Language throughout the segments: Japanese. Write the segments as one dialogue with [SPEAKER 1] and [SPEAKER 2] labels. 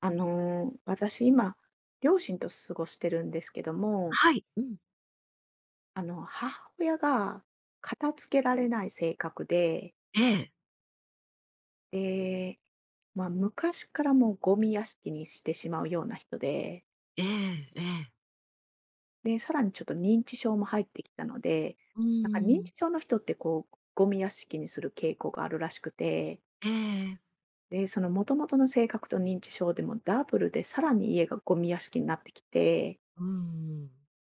[SPEAKER 1] 私今、両親と過ごしてるんですけども、
[SPEAKER 2] はい。うん。
[SPEAKER 1] 母親が片付けられない性格で、
[SPEAKER 2] ええ、
[SPEAKER 1] で、まあ、昔からもうゴミ屋敷にしてしまうような人で、
[SPEAKER 2] ええええ。
[SPEAKER 1] で、さらにちょっと認知症も入ってきたので、
[SPEAKER 2] う
[SPEAKER 1] なんか認
[SPEAKER 2] ー
[SPEAKER 1] 知
[SPEAKER 2] ん。
[SPEAKER 1] 症の人ってこう、ゴミ屋敷にする傾向があるらしくて、
[SPEAKER 2] ええ。
[SPEAKER 1] で、その元々の性格と認知症でもダブルでさらに家がゴミ屋敷になってきて、
[SPEAKER 2] うーん。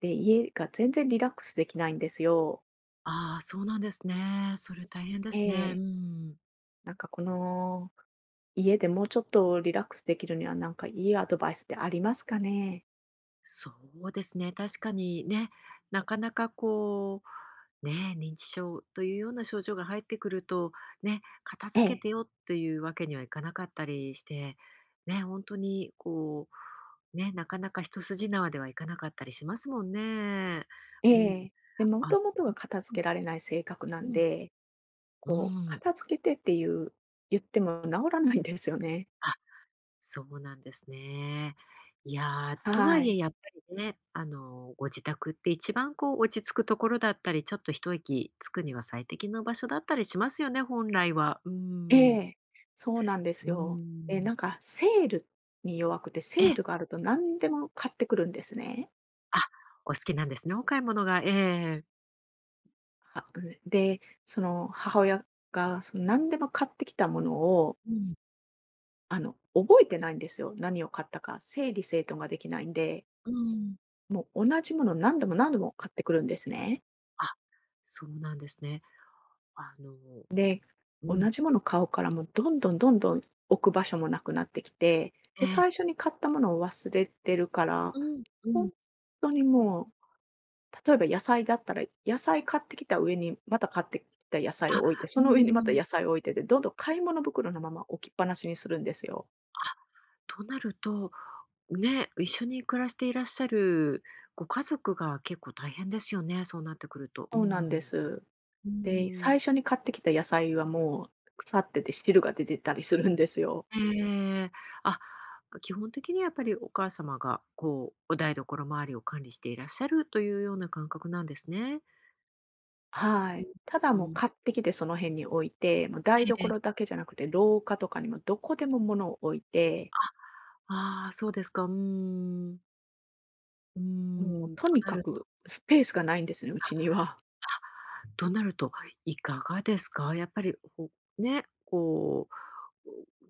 [SPEAKER 1] で、家が全然リラックスできないんですよ。
[SPEAKER 2] ああ、そうなんですね。それ大変で
[SPEAKER 1] え
[SPEAKER 2] すね。うー
[SPEAKER 1] え、
[SPEAKER 2] ん。
[SPEAKER 1] なんかこの家でもうちょっとリラックスできるには、なんかいいアドバイスってありますかね？
[SPEAKER 2] そうですね、確かにね、なかなかこう、ね、認知症というような症状が入ってくると、ね、片
[SPEAKER 1] え
[SPEAKER 2] 付け
[SPEAKER 1] え。
[SPEAKER 2] てよっていうわけにはいかなかったりして、ね、本当にこう、ね、なかなか一筋縄ではいかなかったりしますもんね。
[SPEAKER 1] え
[SPEAKER 2] うん。
[SPEAKER 1] え。で、も
[SPEAKER 2] あの
[SPEAKER 1] ともとが片付
[SPEAKER 2] うん。
[SPEAKER 1] けられない性格な
[SPEAKER 2] う
[SPEAKER 1] ん
[SPEAKER 2] ん、
[SPEAKER 1] で、
[SPEAKER 2] う
[SPEAKER 1] こう
[SPEAKER 2] ん。
[SPEAKER 1] 片付けてっていう、言っても治らないんですよね。
[SPEAKER 2] あ、そうなんですね。いやー、とは
[SPEAKER 1] は
[SPEAKER 2] いえ
[SPEAKER 1] い。
[SPEAKER 2] やっぱりね、あの、ご自宅って一番こう落ち着くところだったり、ちょっと一息つくには最適な場所だったりしますよね、本来は。うー
[SPEAKER 1] え
[SPEAKER 2] ん。
[SPEAKER 1] え、そうなんで
[SPEAKER 2] う
[SPEAKER 1] す
[SPEAKER 2] ー
[SPEAKER 1] よ。え、
[SPEAKER 2] ん。
[SPEAKER 1] なんかセールに弱くて、
[SPEAKER 2] ええ、
[SPEAKER 1] セールがあると何でも買ってくるんですね。
[SPEAKER 2] あ、お好きなんですね、お買い物が。えええ。
[SPEAKER 1] はで、その母親がその何でも買ってきたものを
[SPEAKER 2] うん。
[SPEAKER 1] 覚えてないんですよ。何を買ったか。整理整頓ができないんで、
[SPEAKER 2] うん。
[SPEAKER 1] もう同じもの何度も何度も買ってくるんですね。
[SPEAKER 2] あ、そうなんですね。あの
[SPEAKER 1] で、
[SPEAKER 2] う
[SPEAKER 1] 同
[SPEAKER 2] ん、
[SPEAKER 1] じもの買うからもうどんどんどんどん置く場所もなくなってきて、
[SPEAKER 2] え
[SPEAKER 1] で、
[SPEAKER 2] え、
[SPEAKER 1] 最初に買ったものを忘れてるから、
[SPEAKER 2] うん、う
[SPEAKER 1] 本
[SPEAKER 2] ん。
[SPEAKER 1] 当にもう、例えば野菜だったら、野菜買ってきた上にまた買ってきた野菜
[SPEAKER 2] あ、
[SPEAKER 1] を置いて、
[SPEAKER 2] う
[SPEAKER 1] その
[SPEAKER 2] ん
[SPEAKER 1] 上
[SPEAKER 2] う
[SPEAKER 1] にまた野
[SPEAKER 2] ん。
[SPEAKER 1] 菜を置いてで、どんどん買い物袋のまま置きっぱなしにするんですよ。
[SPEAKER 2] となると、ね、一緒に暮らしていらっしゃるご家族が結構大変ですよね、そうなってくると。う
[SPEAKER 1] そうなんで
[SPEAKER 2] ん。
[SPEAKER 1] す。
[SPEAKER 2] うー
[SPEAKER 1] で、
[SPEAKER 2] ん。
[SPEAKER 1] 最初に買ってきた野菜はもう腐ってて汁が出てたりするんですよ。
[SPEAKER 2] ええ。あ、基本的にはやっぱりお母様がこう、お台所周りを管理していらっしゃるというような感覚なんですね。
[SPEAKER 1] は
[SPEAKER 2] う
[SPEAKER 1] い。
[SPEAKER 2] ん。
[SPEAKER 1] ただもう
[SPEAKER 2] うん。
[SPEAKER 1] 買ってきてその辺に置いて、もう台
[SPEAKER 2] ええ。
[SPEAKER 1] 所だけじゃなくて廊下とかにもどこでも物を置いて、
[SPEAKER 2] ああ、そうですか。うーん。うー
[SPEAKER 1] もう
[SPEAKER 2] ん、
[SPEAKER 1] とに
[SPEAKER 2] とな
[SPEAKER 1] か
[SPEAKER 2] ると
[SPEAKER 1] くスペースがないんですね、うちには。
[SPEAKER 2] あ、となるといかがですか？やっぱりね、こう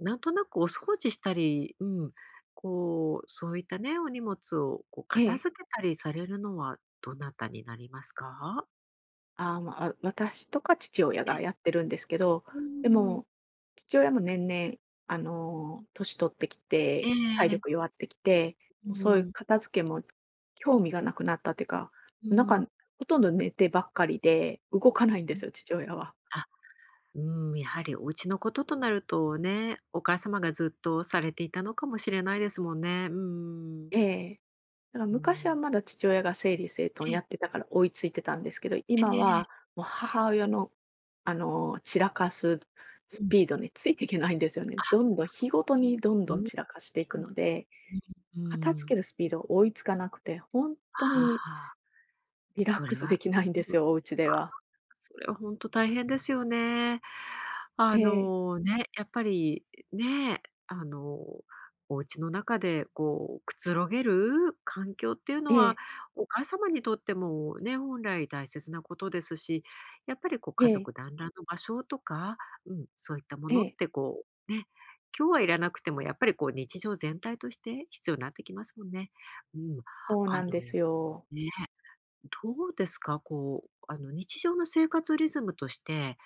[SPEAKER 2] なんとなくお掃除したり、うん、こう、そういったね、お荷物をこう
[SPEAKER 1] え
[SPEAKER 2] 片
[SPEAKER 1] え。
[SPEAKER 2] 付けたりされるのはどなたになりますか？
[SPEAKER 1] ああ、まあ、私とか父親
[SPEAKER 2] え、
[SPEAKER 1] がやってるんですけど、
[SPEAKER 2] う
[SPEAKER 1] で
[SPEAKER 2] ん。
[SPEAKER 1] も、父親も年々、年取ってき
[SPEAKER 2] え
[SPEAKER 1] て、体力
[SPEAKER 2] え
[SPEAKER 1] 弱ってきて、
[SPEAKER 2] う
[SPEAKER 1] もうそういう
[SPEAKER 2] ん、
[SPEAKER 1] 片付けも興味がなくなったっていうか、
[SPEAKER 2] う
[SPEAKER 1] なんか、
[SPEAKER 2] ん、
[SPEAKER 1] ほとんど寝てばっかりで、動かないんで
[SPEAKER 2] うん。
[SPEAKER 1] すよ、父親は。
[SPEAKER 2] あ、うん、やはりお家のこととなるとね、お母様がずっとされていたのかもしれないですもんね。うん。
[SPEAKER 1] ええ。だから
[SPEAKER 2] う
[SPEAKER 1] 昔は
[SPEAKER 2] ん。
[SPEAKER 1] まだ父親が整理整
[SPEAKER 2] え
[SPEAKER 1] 頓やっ
[SPEAKER 2] え、
[SPEAKER 1] てたから追いついてたんですけど、
[SPEAKER 2] え
[SPEAKER 1] 今
[SPEAKER 2] え
[SPEAKER 1] は
[SPEAKER 2] ええ
[SPEAKER 1] もう母親の、散らかすス
[SPEAKER 2] うん。
[SPEAKER 1] ピードについていけないんですよね。どんどん日ごとにどん
[SPEAKER 2] う
[SPEAKER 1] どん
[SPEAKER 2] ん。
[SPEAKER 1] 散らかしていく
[SPEAKER 2] うん。
[SPEAKER 1] ので、
[SPEAKER 2] う
[SPEAKER 1] 片付け
[SPEAKER 2] ん。
[SPEAKER 1] るスピード追いつかなくて、本当に
[SPEAKER 2] ああ、
[SPEAKER 1] リラッ
[SPEAKER 2] それ
[SPEAKER 1] クスで
[SPEAKER 2] は
[SPEAKER 1] きないんですよ、お家では。
[SPEAKER 2] それは本当大変ですよね。
[SPEAKER 1] え
[SPEAKER 2] あ
[SPEAKER 1] え、
[SPEAKER 2] の、ね、やっぱり、ね、あの、お家の中でこう、くつろげる環境っていう
[SPEAKER 1] え
[SPEAKER 2] のは、
[SPEAKER 1] え、
[SPEAKER 2] お母様にとってもね、本来大切なことですし、やっぱりこう
[SPEAKER 1] え
[SPEAKER 2] 家
[SPEAKER 1] え、
[SPEAKER 2] 族団らんの場所とか、うん、そういったも
[SPEAKER 1] え
[SPEAKER 2] のっ
[SPEAKER 1] え、
[SPEAKER 2] てこう、ね、今日はいらなくてもやっぱりこう日常全体として必要になってきますもんね。うん、
[SPEAKER 1] そうな
[SPEAKER 2] あ
[SPEAKER 1] ん
[SPEAKER 2] の、
[SPEAKER 1] ですよ。
[SPEAKER 2] ね、どうですか？こう、あの、日常の生活リズムとして、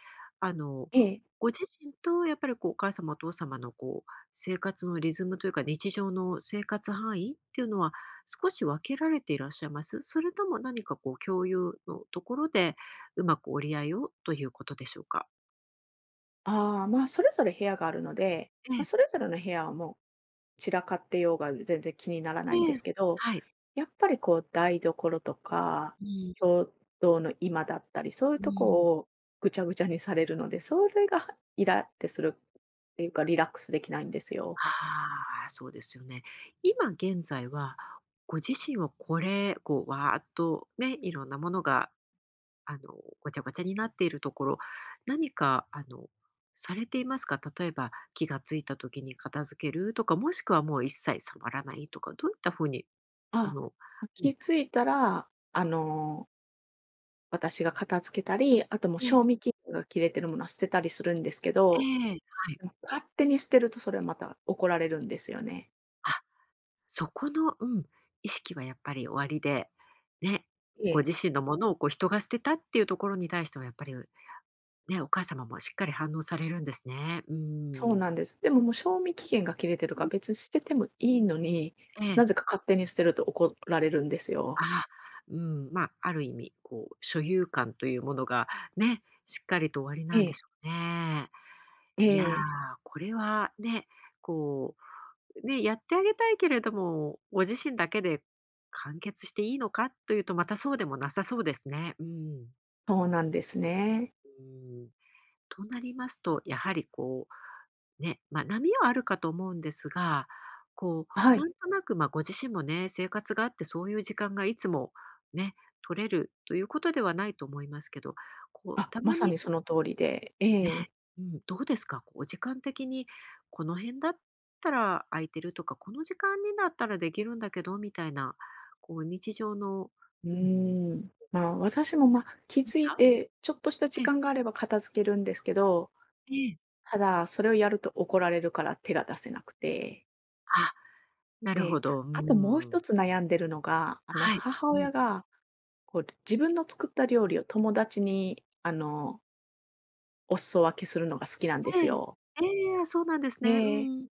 [SPEAKER 2] あの、
[SPEAKER 1] ええ。
[SPEAKER 2] ご自身とやっぱり、こう、お母様お父様の、こう、生活のリズムというか、日常の生活範囲っていうのは少し分けられていらっしゃいます？それとも何か、こう、共有のところでうまく折り合いをということでしょうか？
[SPEAKER 1] ああ、まあ、それぞれ部屋があるので、
[SPEAKER 2] ええ、
[SPEAKER 1] まあ、それぞれの部屋はもう散らかってようが全然気にならな
[SPEAKER 2] え
[SPEAKER 1] いんで
[SPEAKER 2] え、
[SPEAKER 1] すけど、
[SPEAKER 2] はい。
[SPEAKER 1] やっぱりこう台所とか、
[SPEAKER 2] うん、
[SPEAKER 1] 共同の居間だったり、そういう
[SPEAKER 2] う
[SPEAKER 1] と
[SPEAKER 2] ん。
[SPEAKER 1] こをぐちゃぐちゃにされるので、それがイラってするっていうか、リラックスできないんですよ。
[SPEAKER 2] ああ、そうですよね。今現在は、ご自身はこれ、こう、わーっとね、いろんなものがあの、ごちゃごちゃになっているところ、何か、あの、されていますか？例えば、気がついた時に片付けるとか、もしくはもう一切触らないとか、どういったふうに、あ
[SPEAKER 1] あ、
[SPEAKER 2] のう
[SPEAKER 1] 気
[SPEAKER 2] ん。
[SPEAKER 1] づいたら、私が片付けたり、あともう
[SPEAKER 2] え
[SPEAKER 1] 賞味
[SPEAKER 2] え
[SPEAKER 1] 期限が切れてるものは捨てたりするんですけ
[SPEAKER 2] え
[SPEAKER 1] ど、
[SPEAKER 2] え、はい。
[SPEAKER 1] でも勝手に捨てるとそれはまた怒られるんですよね。
[SPEAKER 2] あ、そこの、うん、意識はやっぱりおありで、ね、
[SPEAKER 1] え
[SPEAKER 2] ご
[SPEAKER 1] え。
[SPEAKER 2] 自身のものをこう人が捨てたっていうところに対してはやっぱり、ね、お母様もしっかり反応されるんですね。う
[SPEAKER 1] そう
[SPEAKER 2] ん。
[SPEAKER 1] なんです。でも、もう賞味期限が切れてる
[SPEAKER 2] う
[SPEAKER 1] から、
[SPEAKER 2] ん、
[SPEAKER 1] 別に捨ててもいいのに、
[SPEAKER 2] え
[SPEAKER 1] なぜ
[SPEAKER 2] え。
[SPEAKER 1] か勝手に捨てると怒られるんですよ。
[SPEAKER 2] あ、うん、まあ、ある意味、こう、所有感というものがね、しっかりと終わり
[SPEAKER 1] え
[SPEAKER 2] なんで
[SPEAKER 1] え、
[SPEAKER 2] しょうね。
[SPEAKER 1] え
[SPEAKER 2] いやー、
[SPEAKER 1] え、
[SPEAKER 2] これはね、こう、ね、やってあげたいけれども、ご自身だけで完結していいのかというと、またそうでもなさそうですね。うん。
[SPEAKER 1] そうなんですね。
[SPEAKER 2] うん。となりますと、やはりこう、ね、まあ、波はあるかと思うんですが、こ
[SPEAKER 1] は
[SPEAKER 2] う、な
[SPEAKER 1] い。
[SPEAKER 2] んとなく、まあ、ご自身もね、生活があってそういう時間がいつもね、取れるということではないと思いますけど、こう、
[SPEAKER 1] あ、
[SPEAKER 2] た
[SPEAKER 1] ま
[SPEAKER 2] ま
[SPEAKER 1] さ
[SPEAKER 2] に
[SPEAKER 1] にその通りで、え
[SPEAKER 2] ね、
[SPEAKER 1] え、
[SPEAKER 2] うん、どうですか？こう、お時間的にこの辺だったら空いてるとか、この時間になったらできるんだけどみたいな、こう、日常の
[SPEAKER 1] う
[SPEAKER 2] うん、
[SPEAKER 1] ーん。まあ、私も、ま、気
[SPEAKER 2] ま
[SPEAKER 1] づ
[SPEAKER 2] す
[SPEAKER 1] い
[SPEAKER 2] か？
[SPEAKER 1] て、ちょっとした時
[SPEAKER 2] ええ、
[SPEAKER 1] 間があれば片付けるんですけど、
[SPEAKER 2] ええ。
[SPEAKER 1] ただ、それをやると怒られるから手が出せなくて。
[SPEAKER 2] あ、なる
[SPEAKER 1] で、
[SPEAKER 2] ほど。う
[SPEAKER 1] あともう一
[SPEAKER 2] ん。
[SPEAKER 1] つ悩んでるのが、
[SPEAKER 2] はい。
[SPEAKER 1] 母
[SPEAKER 2] う
[SPEAKER 1] 親
[SPEAKER 2] ん。
[SPEAKER 1] が、こう、自分の作った料理を友達に、お裾分けするのが好きなんで
[SPEAKER 2] え
[SPEAKER 1] す
[SPEAKER 2] え。
[SPEAKER 1] よ。
[SPEAKER 2] ええ、そうなんですね。
[SPEAKER 1] で、
[SPEAKER 2] うん。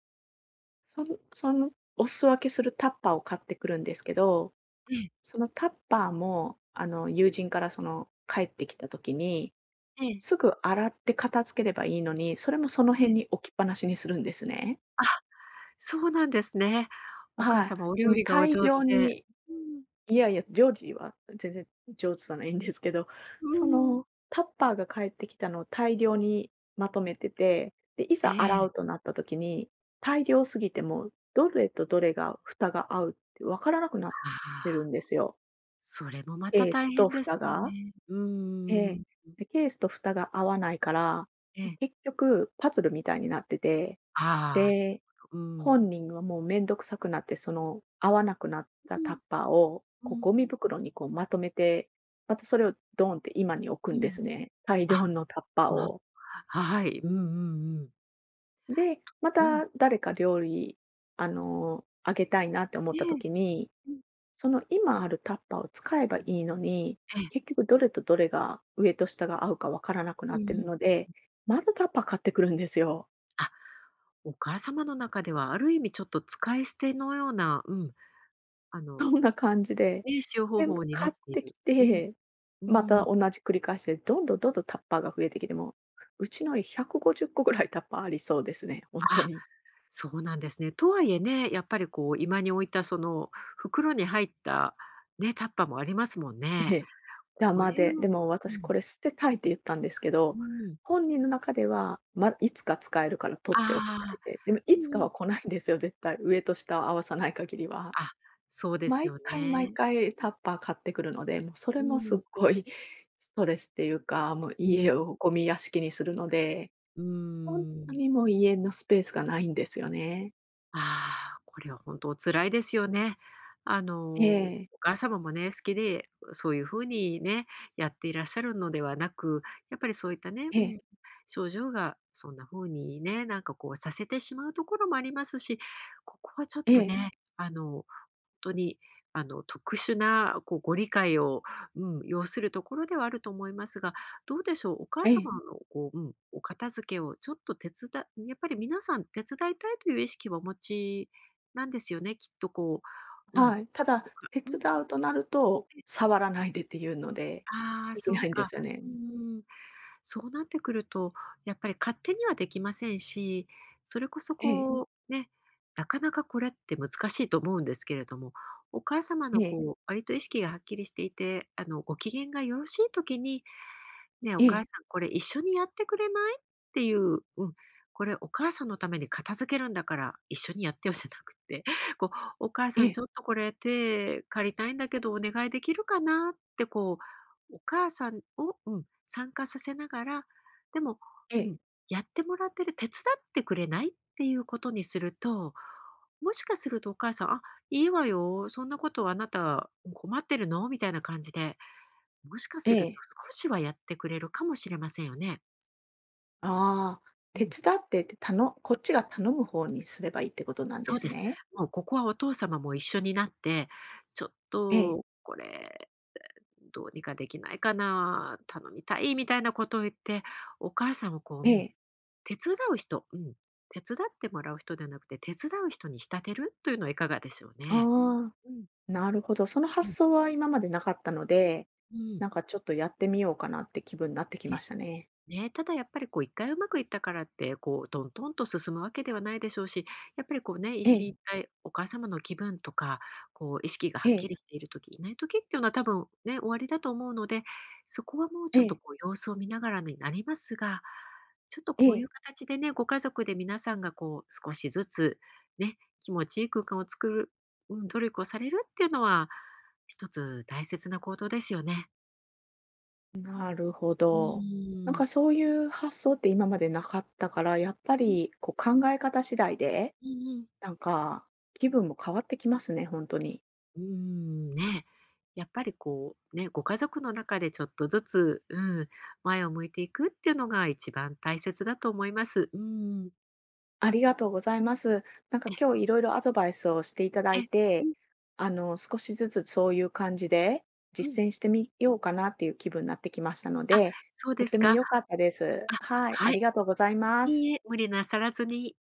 [SPEAKER 1] そのお裾分けするタッパーを買ってくるんですけど、
[SPEAKER 2] ええ、
[SPEAKER 1] そのタッパーも、友人からその帰ってきた時に、
[SPEAKER 2] ええ、
[SPEAKER 1] すぐ洗って片付ければいいのに、それもその
[SPEAKER 2] え
[SPEAKER 1] 辺
[SPEAKER 2] え。
[SPEAKER 1] に置きっぱなしにするんですね。
[SPEAKER 2] あ、そうなんですね。お母
[SPEAKER 1] はい。
[SPEAKER 2] 様お
[SPEAKER 1] で
[SPEAKER 2] 料
[SPEAKER 1] も
[SPEAKER 2] 理がお
[SPEAKER 1] 大
[SPEAKER 2] 上手
[SPEAKER 1] 量
[SPEAKER 2] で。
[SPEAKER 1] に
[SPEAKER 2] うん、
[SPEAKER 1] いやいや、料理は全然上手じゃないんですけど、
[SPEAKER 2] う
[SPEAKER 1] そ
[SPEAKER 2] ん。
[SPEAKER 1] の、タッパーが返ってきたのを大量にまとめてて、で、い
[SPEAKER 2] え
[SPEAKER 1] ざ洗
[SPEAKER 2] え。
[SPEAKER 1] うとなった時に、大量すぎてもう、どれとどれが蓋が合うって分からなくなっ
[SPEAKER 2] あ
[SPEAKER 1] てる
[SPEAKER 2] あ、
[SPEAKER 1] んですよ。
[SPEAKER 2] それもまた
[SPEAKER 1] ケー
[SPEAKER 2] 大
[SPEAKER 1] スと
[SPEAKER 2] 変で
[SPEAKER 1] 蓋
[SPEAKER 2] すよ
[SPEAKER 1] が。
[SPEAKER 2] ね。う
[SPEAKER 1] え
[SPEAKER 2] ー
[SPEAKER 1] え。
[SPEAKER 2] ん。
[SPEAKER 1] で、ケースと蓋が合わないから、
[SPEAKER 2] ええ。
[SPEAKER 1] 結局パズルみたいになってて
[SPEAKER 2] ああ、
[SPEAKER 1] で、
[SPEAKER 2] うん。
[SPEAKER 1] 本人はもうめんどくさくなって、その合わなくなった
[SPEAKER 2] う
[SPEAKER 1] タッ
[SPEAKER 2] ん、
[SPEAKER 1] パーを、
[SPEAKER 2] う
[SPEAKER 1] こう
[SPEAKER 2] ん、
[SPEAKER 1] ゴミ袋にこうまとめて、またそれをドーンって今に置く
[SPEAKER 2] う
[SPEAKER 1] んで
[SPEAKER 2] ん。
[SPEAKER 1] すね。大
[SPEAKER 2] あ、
[SPEAKER 1] 量のタッパー
[SPEAKER 2] わ
[SPEAKER 1] を。
[SPEAKER 2] はい。うんうんうん。
[SPEAKER 1] で、ま
[SPEAKER 2] うん。
[SPEAKER 1] た誰か料理、あげたいなって思っ
[SPEAKER 2] え
[SPEAKER 1] た
[SPEAKER 2] え、
[SPEAKER 1] 時に、
[SPEAKER 2] うん。
[SPEAKER 1] その今あるタッパーを使えばいいのに、
[SPEAKER 2] ええ。
[SPEAKER 1] 結局どれとどれが上と下が合うかわからなくな
[SPEAKER 2] う
[SPEAKER 1] っ
[SPEAKER 2] ん
[SPEAKER 1] て
[SPEAKER 2] う
[SPEAKER 1] るの
[SPEAKER 2] ん。
[SPEAKER 1] で、またタッパー買ってくるんですよ。
[SPEAKER 2] あ、お母様の中ではある意味ちょっと使い捨てのような、うん、あ
[SPEAKER 1] そ
[SPEAKER 2] の
[SPEAKER 1] んな感じで、
[SPEAKER 2] ね、使用方
[SPEAKER 1] で、
[SPEAKER 2] 法にな
[SPEAKER 1] 買
[SPEAKER 2] っ
[SPEAKER 1] っ
[SPEAKER 2] てい
[SPEAKER 1] てき
[SPEAKER 2] る。うん、
[SPEAKER 1] て、
[SPEAKER 2] う
[SPEAKER 1] ま
[SPEAKER 2] ん。
[SPEAKER 1] た同じ繰り返しで、どんどんどんどんタッパーが増えてきて、もう、うちの150個ぐらいタッパーありそうですね、本当
[SPEAKER 2] あ、
[SPEAKER 1] に。
[SPEAKER 2] そうなんですね。とはいえね、やっぱりこう、居間に置いたその袋に入った、ね、タッパーもありますもん
[SPEAKER 1] え
[SPEAKER 2] ね。
[SPEAKER 1] え。ダ
[SPEAKER 2] これ
[SPEAKER 1] マで、
[SPEAKER 2] を
[SPEAKER 1] でも
[SPEAKER 2] う
[SPEAKER 1] 私
[SPEAKER 2] ん、
[SPEAKER 1] これ捨てたいって言ったんですけ
[SPEAKER 2] う
[SPEAKER 1] ど、
[SPEAKER 2] ん。
[SPEAKER 1] 本人の中では、ま、いつか使えるから取っておき
[SPEAKER 2] あ
[SPEAKER 1] たい
[SPEAKER 2] あ、
[SPEAKER 1] で、でも
[SPEAKER 2] う
[SPEAKER 1] いつ
[SPEAKER 2] んう
[SPEAKER 1] かは
[SPEAKER 2] ん。
[SPEAKER 1] 来ないんですよ、絶対、上と下を合わさない限りは。
[SPEAKER 2] あ、そうです
[SPEAKER 1] 毎
[SPEAKER 2] よ
[SPEAKER 1] 回毎
[SPEAKER 2] ね。
[SPEAKER 1] 回タッパー買ってくるので、もうそれ
[SPEAKER 2] う
[SPEAKER 1] もすっ
[SPEAKER 2] ん、
[SPEAKER 1] ごいストレスっていうか、もう
[SPEAKER 2] うん、
[SPEAKER 1] 家をゴミ屋敷にするので、
[SPEAKER 2] うー
[SPEAKER 1] ほんと
[SPEAKER 2] ん。
[SPEAKER 1] にもう家のスペースがないんですよね。
[SPEAKER 2] ああ、これは本当お辛いですよね。あ
[SPEAKER 1] え
[SPEAKER 2] の、お
[SPEAKER 1] え、
[SPEAKER 2] 母様もね、好きで、そういう風にね、やっていらっしゃるのではなく、やっぱりそういったね、
[SPEAKER 1] え
[SPEAKER 2] う
[SPEAKER 1] え、
[SPEAKER 2] ん、症状がそんな風にね、なんかこうさせてしまうところもありますし、ここはちょっ
[SPEAKER 1] え
[SPEAKER 2] と
[SPEAKER 1] え、
[SPEAKER 2] ね、あの、当にあの特殊なこうご理解を、うん、要するところではあると思いますが、どうでしょう、お母
[SPEAKER 1] ええ、
[SPEAKER 2] 様のこう、うん、お片付けをちょっとやっぱり皆さん手伝いたいという意識はお持ちなんですよね、きっとこう、うん、
[SPEAKER 1] はい。ただ、
[SPEAKER 2] おか
[SPEAKER 1] 手
[SPEAKER 2] うん、
[SPEAKER 1] 伝うとなると、触らないでっていうので、
[SPEAKER 2] ああ、
[SPEAKER 1] でき
[SPEAKER 2] そ
[SPEAKER 1] な
[SPEAKER 2] う
[SPEAKER 1] いんで
[SPEAKER 2] か。
[SPEAKER 1] すよね。
[SPEAKER 2] うんうん。そうなってくると、やっぱり勝手にはできませんし、それこそ
[SPEAKER 1] ええ、
[SPEAKER 2] こう、ね、なかなかこれって難しいと思うんですけれども、お母様の
[SPEAKER 1] ええ、
[SPEAKER 2] こう、割と意識がはっきりしていて、あの、ご機嫌がよろしい時にねえ、お
[SPEAKER 1] え
[SPEAKER 2] 母
[SPEAKER 1] え、
[SPEAKER 2] さんこれ一緒にやってくれない？っていう、うん、これお母さんのために片付けるんだから一緒にやってよじゃなくて、こう、お母
[SPEAKER 1] え
[SPEAKER 2] さん
[SPEAKER 1] え、
[SPEAKER 2] ちょっとこれ手借りたいんだけどお願いできるかなってこう、お母さんを、うん、参加させながら、でも、
[SPEAKER 1] え
[SPEAKER 2] う
[SPEAKER 1] え、
[SPEAKER 2] ん、やってもらってる、手伝ってくれない？っていうことにすると、もしかするとお母さん、あ、いいわよ、そんなことあなた困ってるの？みたいな感じでもしかする
[SPEAKER 1] え
[SPEAKER 2] と
[SPEAKER 1] え。
[SPEAKER 2] 少しはやってくれるかもしれませんよね。
[SPEAKER 1] ああ、
[SPEAKER 2] う
[SPEAKER 1] 手
[SPEAKER 2] ん、
[SPEAKER 1] 伝ってってたのこっちが頼む方にすればいいってことなんで
[SPEAKER 2] そう
[SPEAKER 1] す
[SPEAKER 2] です。
[SPEAKER 1] ね。
[SPEAKER 2] もうここはお父様も一緒になって、ちょっ
[SPEAKER 1] ええ、
[SPEAKER 2] とこれどうにかできないかな、頼みたいみたいなことを言って、お母さんをこう、
[SPEAKER 1] え
[SPEAKER 2] うん、
[SPEAKER 1] え、
[SPEAKER 2] 手伝う人、うん、手伝ってもらう人ではなくて、手伝う人に仕立てるというのはいかがでしょうね。
[SPEAKER 1] ああ。
[SPEAKER 2] うん、
[SPEAKER 1] なるほど、その
[SPEAKER 2] う
[SPEAKER 1] 発
[SPEAKER 2] ん、
[SPEAKER 1] 想は今までなかったので、
[SPEAKER 2] うん。
[SPEAKER 1] なんかちょっとやってみようかなって気分になってきましたね。
[SPEAKER 2] ね、ただやっぱりこう一回うまくいったからって、こうトントンと進むわけではないでしょうし、やっぱりこうね、一
[SPEAKER 1] え
[SPEAKER 2] 進
[SPEAKER 1] え、
[SPEAKER 2] 一退、お母様の気分とか、こう意識が
[SPEAKER 1] え
[SPEAKER 2] はっき
[SPEAKER 1] え、
[SPEAKER 2] りしている時、いない時っていうのは多分ね、終わりだと思うので、そこはもう
[SPEAKER 1] え
[SPEAKER 2] ちょっと
[SPEAKER 1] え、
[SPEAKER 2] こう様子を見ながらになりますが、ちょっと
[SPEAKER 1] え
[SPEAKER 2] こうい
[SPEAKER 1] え。
[SPEAKER 2] う形でね、ご家族で皆さんがこう少しずつね、気持ちいい空間を作る、うん、努力をされるっていうのは、一つ大切な行動ですよね。
[SPEAKER 1] なるほど。なんかそういう発想って今までなかったから、やっぱ
[SPEAKER 2] うん
[SPEAKER 1] りこう考え方次第で、
[SPEAKER 2] うんうん。
[SPEAKER 1] なんか気分も変わってきますね、本当に。
[SPEAKER 2] うーん、ね、やっぱりこう、ね、ご家族の中でちょっとずつ、うん、前を向いていくっていうのが一番大切だと思います。うん。
[SPEAKER 1] ありがとうございます。なんか
[SPEAKER 2] え、
[SPEAKER 1] 今日いろいろアドバイスをしていただ
[SPEAKER 2] え、
[SPEAKER 1] い
[SPEAKER 2] う
[SPEAKER 1] て、
[SPEAKER 2] ん、
[SPEAKER 1] 少しずつそういう感じで
[SPEAKER 2] うん。
[SPEAKER 1] 実践してみようかなっていう気分になってきましたの
[SPEAKER 2] あ、
[SPEAKER 1] で、
[SPEAKER 2] そう
[SPEAKER 1] とっ
[SPEAKER 2] です
[SPEAKER 1] ても
[SPEAKER 2] か。
[SPEAKER 1] 良かったです。
[SPEAKER 2] あ、
[SPEAKER 1] はい、あ
[SPEAKER 2] はい。
[SPEAKER 1] りがとうございます。
[SPEAKER 2] いいえ、無理なさらずに。